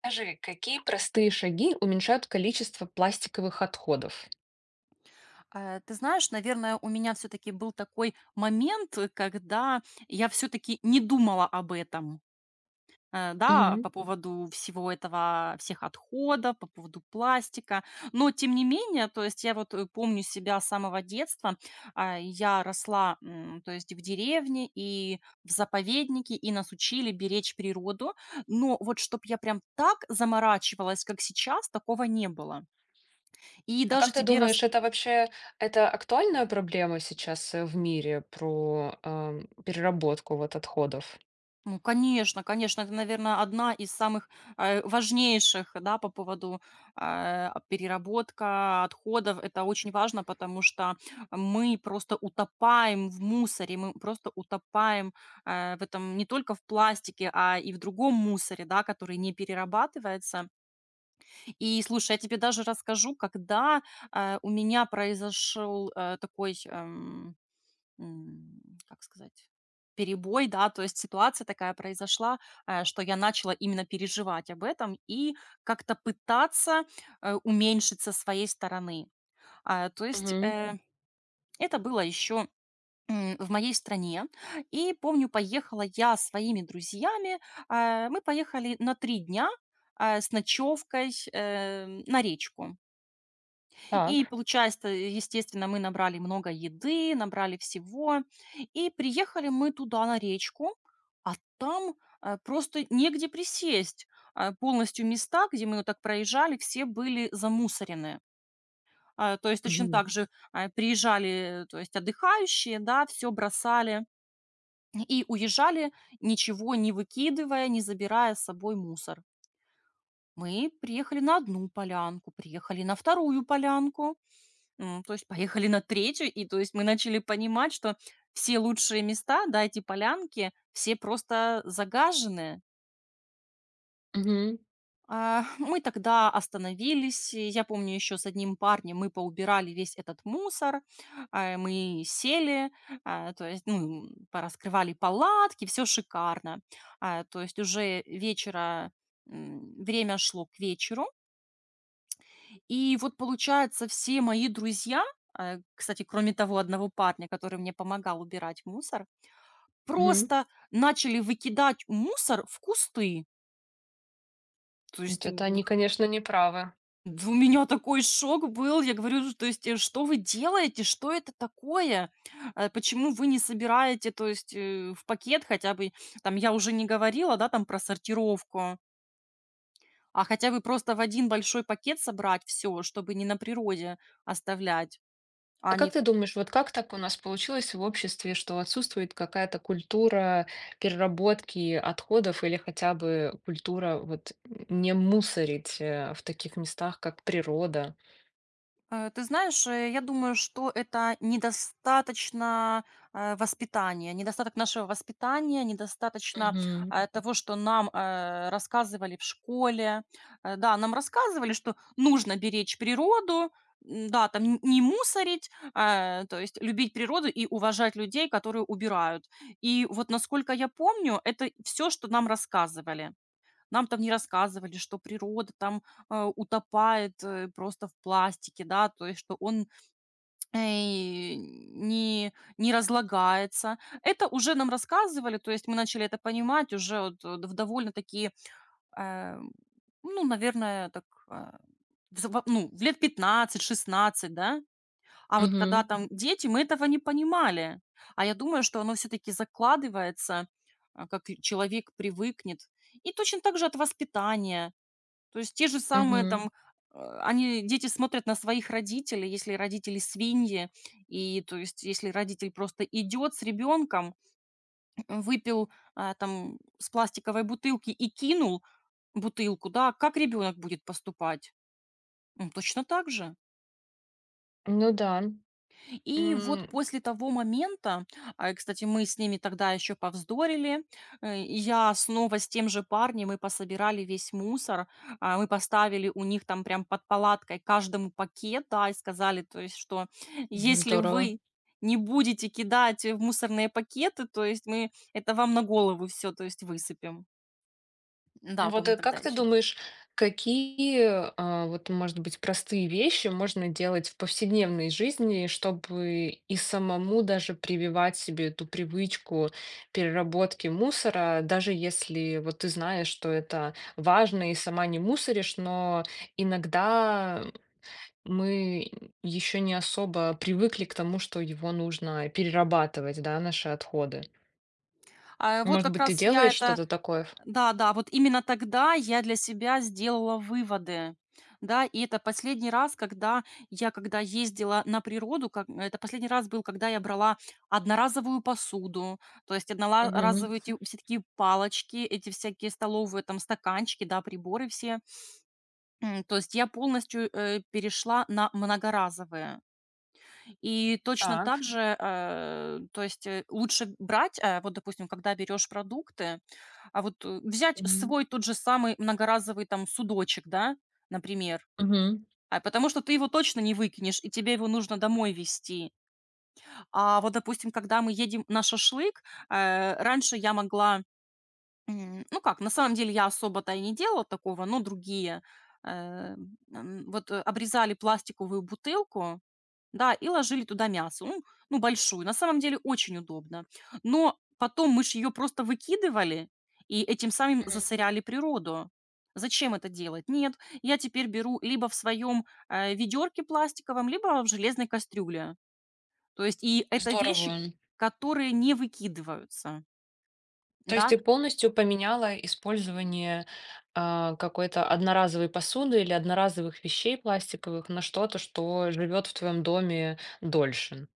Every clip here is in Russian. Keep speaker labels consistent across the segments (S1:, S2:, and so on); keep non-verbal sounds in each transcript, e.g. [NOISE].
S1: Скажи, какие простые шаги уменьшают количество пластиковых отходов?
S2: Ты знаешь, наверное, у меня все таки был такой момент, когда я все таки не думала об этом, да,
S1: Мгм.
S2: по поводу всего этого, всех отходов, по поводу пластика. Но тем не менее, то есть я вот, помню себя с самого детства. А, я росла, то есть в деревне и в заповеднике, и нас учили беречь природу. Но вот чтобы я прям так заморачивалась, как сейчас, такого не было. И
S1: А как
S2: даже
S1: ты
S2: тебе рас
S1: думаешь, это вообще это актуальная проблема сейчас в мире переработку вот отходов?
S2: Ну, конечно, конечно, это, наверное, одна из самых, важнейших, да, по поводу, а, переработка отходов. Это очень важно, потому что мы просто утопаем в мусоре, мы просто утопаем, в этом, не только в пластике, а и в другом мусоре, да, который не перерабатывается. И слушай, я тебе даже расскажу, когда, у меня произошел, такой, М, как сказать, перебой, да, то есть ситуация такая произошла, что я начала именно переживать об этом и как-то пытаться, уменьшить со своей стороны. А, то есть,
S1: Мгм.
S2: это было еще в моей стране. И помню, поехала я с своими друзьями, мы поехали на 3 дня, с ночевкой, на речку. И
S1: Так.
S2: получается, естественно, мы набрали много еды, набрали всего. И приехали мы туда, на речку, а там, просто негде присесть. Полностью места, где мы вот так проезжали, все были замусорены. А, то есть точно
S1: Мгм.
S2: так же, а, приезжали, то есть отдыхающие, да, все бросали и уезжали, ничего не выкидывая, не забирая с собой мусор. Мы приехали на одну полянку, приехали на вторую полянку. То есть поехали на третью, и то есть мы начали понимать, что все лучшие места, да, эти полянки, все просто загажены.
S1: Мгм.
S2: А, [LAUGHS] мы тогда остановились, и я помню, еще с одним парнем мы поубирали весь этот мусор, а, мы сели, а, то есть, ну, пораскрывали палатки, все шикарно. А, то есть уже вечера, время шло к вечеру. И вот, получается, все мои друзья, кстати, кроме того одного парня, который мне помогал убирать мусор,
S1: Мгм.
S2: просто начали выкидать мусор в кусты. То
S1: Вот
S2: есть,
S1: это они, конечно, не правы.
S2: д у меня такой шок был. Я говорю, то есть: "Э, что вы делаете? Что это такое? Э, почему вы не собираете, то есть, в пакет хотя бы?" Там я уже не говорила, да, там про сортировку, а хотя бы просто в один большой пакет собрать все, чтобы не на природе оставлять. А
S1: А как
S2: они
S1: ты думаешь, вот как так у нас получилось в обществе, что отсутствует какая-то культура переработки отходов или хотя бы культура вот не мусорить в таких местах, как природа?
S2: Ты знаешь, я думаю, что это недостаточно, воспитания, недостаток нашего воспитания, недостаточно,
S1: Мгм.
S2: того, что нам, рассказывали в школе. Да, нам рассказывали, что нужно беречь природу, да, там н не мусорить, то есть любить природу и уважать людей, которые убирают. И вот, насколько я помню, это все, что нам рассказывали. Нам там не рассказывали, что природа там, утопает, просто в пластике, да, то есть что он, э, не не разлагается. Это уже нам рассказывали, то есть мы начали это понимать уже вот, в довольно такие, э, ну, наверное, так, в заво ну, в лет 15-16, да. А вот когда
S1: Мгм.
S2: там дети, мы этого не понимали. А я думаю, что оно все таки закладывается, а, как и человек привыкнет. И точно так же от воспитания. То есть те же самые
S1: Мгм.
S2: там, они, дети, смотрят на своих родителей, если родители свиньи, и то есть если родитель просто идет с ребенком, выпил, а, там с пластиковой бутылки и кинул бутылку, да, как ребенок будет поступать? Точно так же.
S1: Ну да.
S2: И вот
S1: М.
S2: после того момента, а, и, кстати, мы с ними тогда еще повздорили, и я снова с тем же парнем, мы пособирали весь мусор, а, мы поставили у них там прям под палаткой каждому пакет, да, и сказали, то есть, что если
S1: Здорово.
S2: вы не будете кидать в мусорные пакеты, то есть мы это вам на голову все, то есть, высыпем. Да,
S1: Вот,
S2: помню тогда
S1: как ты
S2: еще.
S1: думаешь, какие, а, вот, может быть, простые вещи можно делать в повседневной жизни, чтобы и самому даже прививать себе эту привычку переработки мусора, даже если вот ты знаешь, что это важно и сама не мусоришь, но иногда мы еще не особо привыкли к тому, что его нужно перерабатывать, да, наши отходы.
S2: А вот
S1: Может
S2: как
S1: быть, ты
S2: раз я
S1: делаешь
S2: это
S1: что-то такое?
S2: Да-да, вот именно тогда я для себя сделала выводы. Да, и это последний раз, когда я когда ездила на природу, это последний раз был, когда я брала одноразовую посуду, то есть
S1: Мгм.
S2: одноразовые эти все такие палочки, эти всякие столовые там стаканчики, да, приборы все. То есть я полностью, перешла на многоразовые. И точно так
S1: Так.
S2: же, то есть, лучше брать, вот, допустим, когда берешь продукты, а вот, взять
S1: Мгм.
S2: свой тот же самый многоразовый там судочек, да, например,
S1: Мгм.
S2: а потому что ты его точно не выкинешь, и тебе его нужно домой везти. А вот, допустим, когда мы едем на шашлык, раньше я могла, ну как, на самом деле я особо-то и не делала такого, но другие, э, вот, обрезали пластиковую бутылку, да, и ложили туда мясо. Ну, ну, большую. На самом деле очень удобно. Но потом мы ж ее просто выкидывали и этим самым
S1: Мгм.
S2: засоряли природу. Зачем это делать? Нет, я теперь беру либо в своем, ведерке пластиковом, либо в железной кастрюле. То есть и это
S1: Здорово.
S2: вещи, которые не выкидываются.
S1: То есть
S2: Да.
S1: ты полностью поменяла использование а, какой-то одноразовой посуды или одноразовых вещей пластиковых на что-то, что живет в твоем доме дольше.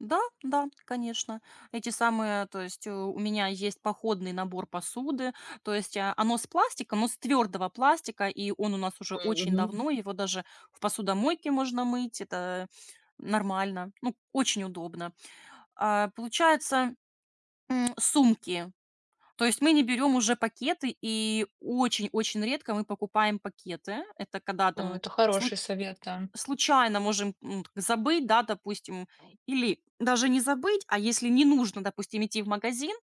S2: Да, да, конечно. Эти самые, то есть, у меня есть походный набор посуды, то есть, а, оно с пластика, но с твердого пластика, и он у нас уже очень
S1: Мгм.
S2: давно, его даже в посудомойке можно мыть, это нормально, ну, очень удобно. А, получается, сумки. То есть мы не берем уже пакеты, и очень-очень редко мы покупаем пакеты. Это когда
S1: Ну,
S2: там
S1: это хороший совет, да.
S2: случайно можем, забыть, да, допустим, или даже не забыть, а если не нужно, допустим, идти в магазин,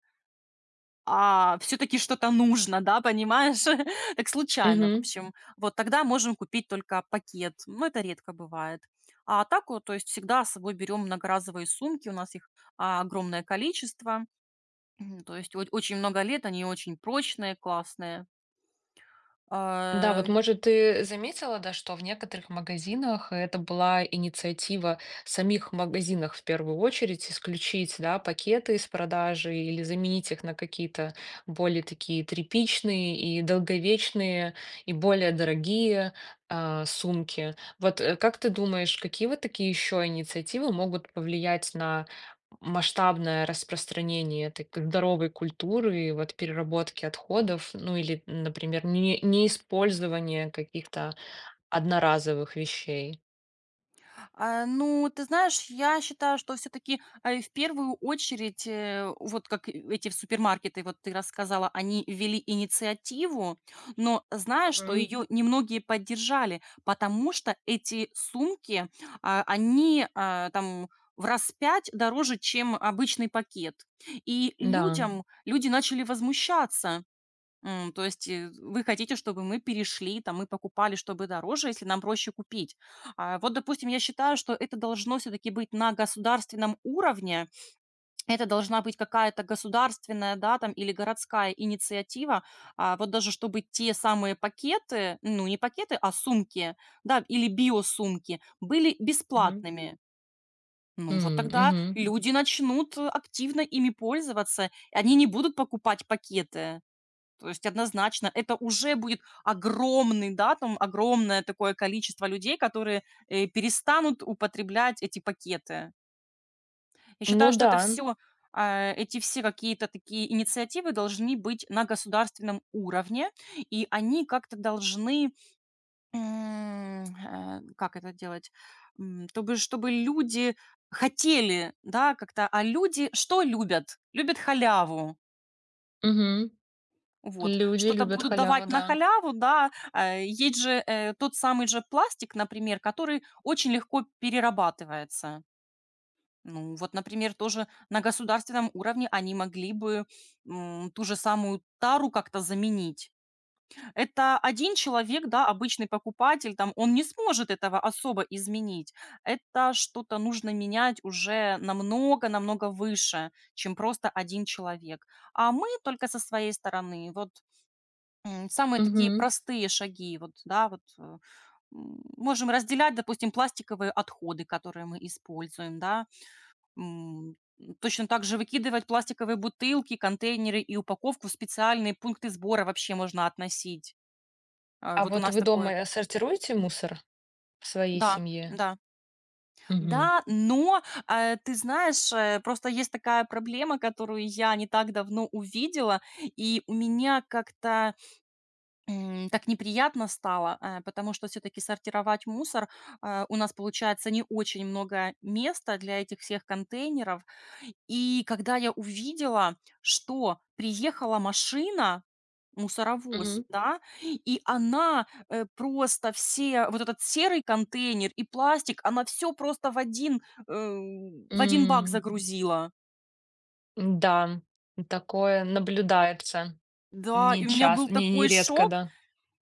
S2: а все таки что-то нужно, да, понимаешь, [LAUGHS] так случайно, в
S1: Мгм.
S2: общем. Вот тогда можем купить только пакет, но это редко бывает. А так вот, то есть всегда с собой берем многоразовые сумки, у нас их, а, огромное количество. Мгм, то есть о очень много лет, они очень прочные, классные.
S1: Да,
S2: А,
S1: вот, может, ты заметила, да, что в некоторых магазинах это была инициатива самих магазинов в первую очередь исключить, да, пакеты из продажи или заменить их на какие-то более такие тряпичные и долговечные и более дорогие а, сумки. Вот как ты думаешь, какие вот такие еще инициативы могут повлиять на масштабное распространение этой здоровой культуры и вот переработки отходов, ну или, например, не использование каких-то одноразовых вещей.
S2: А, ну, ты знаешь, я считаю, что все-таки в первую очередь, вот как и эти супермаркеты, вот ты рассказала, они ввели инициативу, но знаешь, что
S1: Мгм.
S2: ее немногие поддержали, потому что эти сумки, а, они, а, там в раз пять дороже, чем обычный пакет. И
S1: Да.
S2: люди начали возмущаться. То есть, вы хотите, чтобы мы перешли, там, мы покупали, чтобы дороже, если нам проще купить. А, вот, допустим, я считаю, что это должно все таки быть на государственном уровне. Это должна быть какая-то государственная, да, там, или городская инициатива. А, вот даже чтобы те самые пакеты, ну, не пакеты, а сумки, да, или биосумки были
S1: Мгм.
S2: бесплатными. Ну, вот
S1: М,
S2: тогда
S1: мгм.
S2: люди начнут, активно ими пользоваться, и они не будут покупать пакеты. То есть однозначно это уже будет огромный, да, там, огромное такое количество людей, которые, перестанут употреблять эти пакеты. Я
S1: Ну
S2: считаю, что
S1: да.
S2: это все эти все какие-то такие инициативы должны быть на государственном уровне, и они как-то должны, как это делать, тобы чтобы люди хотели, да, как-то. А люди что любят? Любят халяву.
S1: Мгм.
S2: Вот,
S1: Люди
S2: что-то
S1: любят
S2: будут
S1: халяву,
S2: давать на
S1: да.
S2: халяву, да. Есть же, тот самый же пластик, например, который очень легко перерабатывается. Ну, вот, например, тоже на государственном уровне они могли бы, ту же самую тару как-то заменить. Это один человек, да, обычный покупатель, там, он не сможет этого особо изменить. Это что-то нужно менять уже намного-намного выше, чем просто один человек. А мы только со своей стороны вот, самые такие
S1: Мгм.
S2: простые шаги, вот, да, вот, можем разделять, допустим, пластиковые отходы, которые мы используем, да, м, точно так же выкидывать пластиковые бутылки, контейнеры и упаковку в специальные пункты сбора вообще можно относить. А,
S1: А
S2: вот у
S1: вот
S2: нас
S1: вы
S2: такое
S1: дома сортируете мусор в своей
S2: да,
S1: семье?
S2: да.
S1: Мгм.
S2: Да, но, ты знаешь, просто есть такая проблема, которую я не так давно увидела, и у меня как-то, так неприятно стало, потому что все таки сортировать мусор, а, у нас получается не очень много места для этих всех контейнеров. И когда я увидела, что приехала машина, мусоровоз,
S1: Мгм.
S2: да, и она, просто все, вот этот серый контейнер и пластик, она все просто э, в один бак
S1: М.
S2: загрузила.
S1: Да, такое наблюдается
S2: Да, и
S1: не
S2: у меня был
S1: часто, не
S2: такой
S1: нередко,
S2: шок.
S1: да.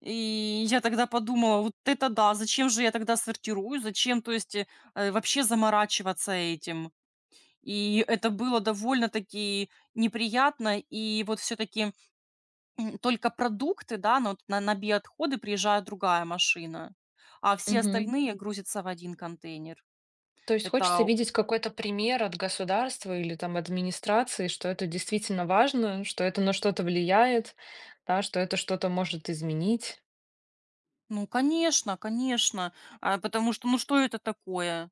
S2: И я тогда подумала: вот это да, зачем же я тогда сортирую, зачем, то есть, вообще заморачиваться этим. И это было довольно-таки неприятно. И вот все таки только продукты, да, но вот на биоотходы приезжает другая машина, а все
S1: Мгм.
S2: остальные грузятся в один контейнер.
S1: То есть хочется
S2: Это,
S1: видеть какой-то пример от государства или там администрации, что это действительно важно, что это на что-то влияет, да, что это что-то может изменить.
S2: ну, конечно, конечно, а, потому что, ну, что это такое?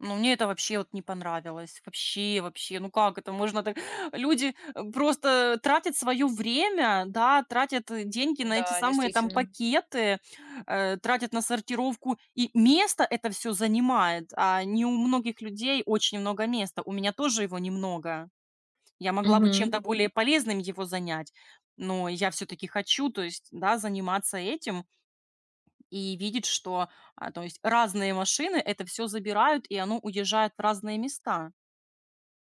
S2: Ну, мне это вообще вот не понравилось. Вообще, вообще, ну как это можно так? [GASPS] [LAUGHS] Люди, просто тратят свое время, да, тратят, деньги на эти
S1: Да,
S2: самые там
S1: действительно.
S2: пакеты, тратят на сортировку, и место это все занимает, а не у многих людей очень много места. У меня тоже его немного. Я могла бы
S1: Мгм.
S2: чем-то более полезным его занять, но я все-таки хочу, то есть, да, заниматься этим, и видит, что, а, то есть разные машины это все забирают, и оно уезжает в разные места.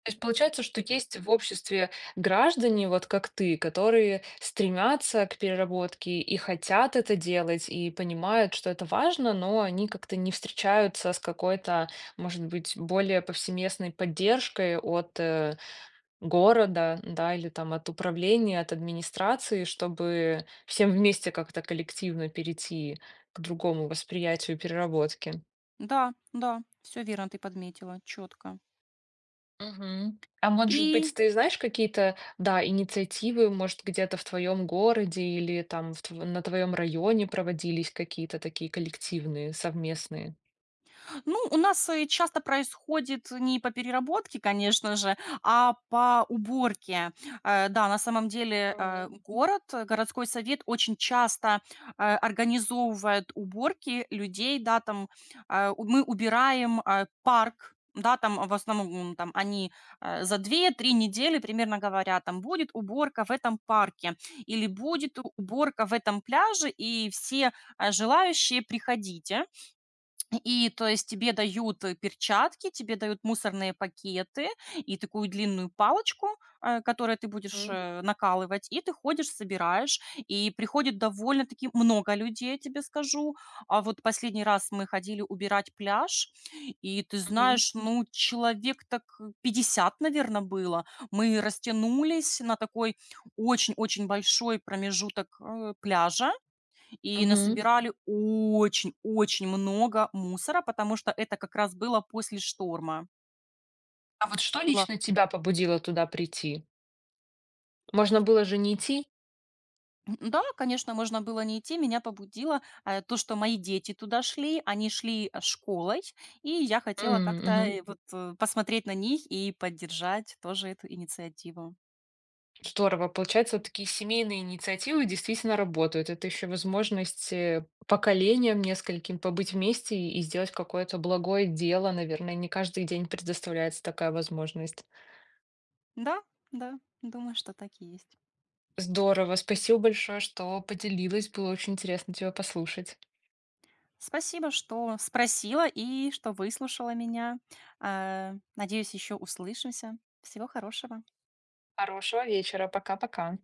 S1: То есть получается, что есть в обществе граждане, вот как ты, которые стремятся к переработке и хотят это делать, и понимают, что это важно, но они как-то не встречаются с какой-то, может быть, более повсеместной поддержкой от города, да, или там от управления, от администрации, чтобы всем вместе как-то коллективно перейти к другому восприятию переработки.
S2: Да, да, все верно ты подметила, четко.
S1: Мгм. А может быть,
S2: И
S1: ты знаешь какие-то, да, инициативы, может, где-то в твоем городе или там в на твоем районе проводились какие-то такие коллективные, совместные?
S2: Ну, у нас, часто происходит не по переработке, конечно же, а по уборке. Да, на самом деле,
S1: Мгм.
S2: городской совет очень часто, организовывает уборки людей, да, там, у мы убираем, парк, да, там, в основном, там, они, за 2-3 недели примерно говорят, там: "Будет уборка в этом парке" или "Будет уборка в этом пляже, и все, желающие, приходите". И то есть тебе дают, перчатки, тебе дают мусорные пакеты и такую длинную палочку, которой ты будешь,
S1: Мгм.
S2: накалывать, и ты ходишь, собираешь. И приходит довольно-таки много людей, я тебе скажу. А вот последний раз мы ходили убирать пляж, и ты
S1: Мгм.
S2: знаешь, ну, человек так 50, наверное, было. Мы растянулись на такой очень-очень большой промежуток, пляжа. И
S1: Мгм.
S2: насобирали очень-очень много мусора, потому что это как раз было после шторма.
S1: А вот что
S2: Было
S1: лично тебя побудило туда прийти? Можно было же не идти?
S2: Да, конечно, можно было не идти. Меня побудило, то, что мои дети туда шли. Они шли, школой, и я хотела
S1: М,
S2: как-то,
S1: мгм.
S2: вот, посмотреть на них и поддержать тоже эту инициативу.
S1: Здорово. Получается, вот такие семейные инициативы действительно работают. Это еще возможность поколениям нескольким побыть вместе и сделать какое-то благое дело. Наверное, не каждый день предоставляется такая возможность.
S2: Да, да, думаю, что так и есть.
S1: Здорово. Спасибо большое, что поделилась. Было очень интересно тебя послушать.
S2: Спасибо, что спросила и что выслушала меня. Надеюсь, еще услышимся. Всего хорошего.
S1: Хорошего вечера. Пока-пока.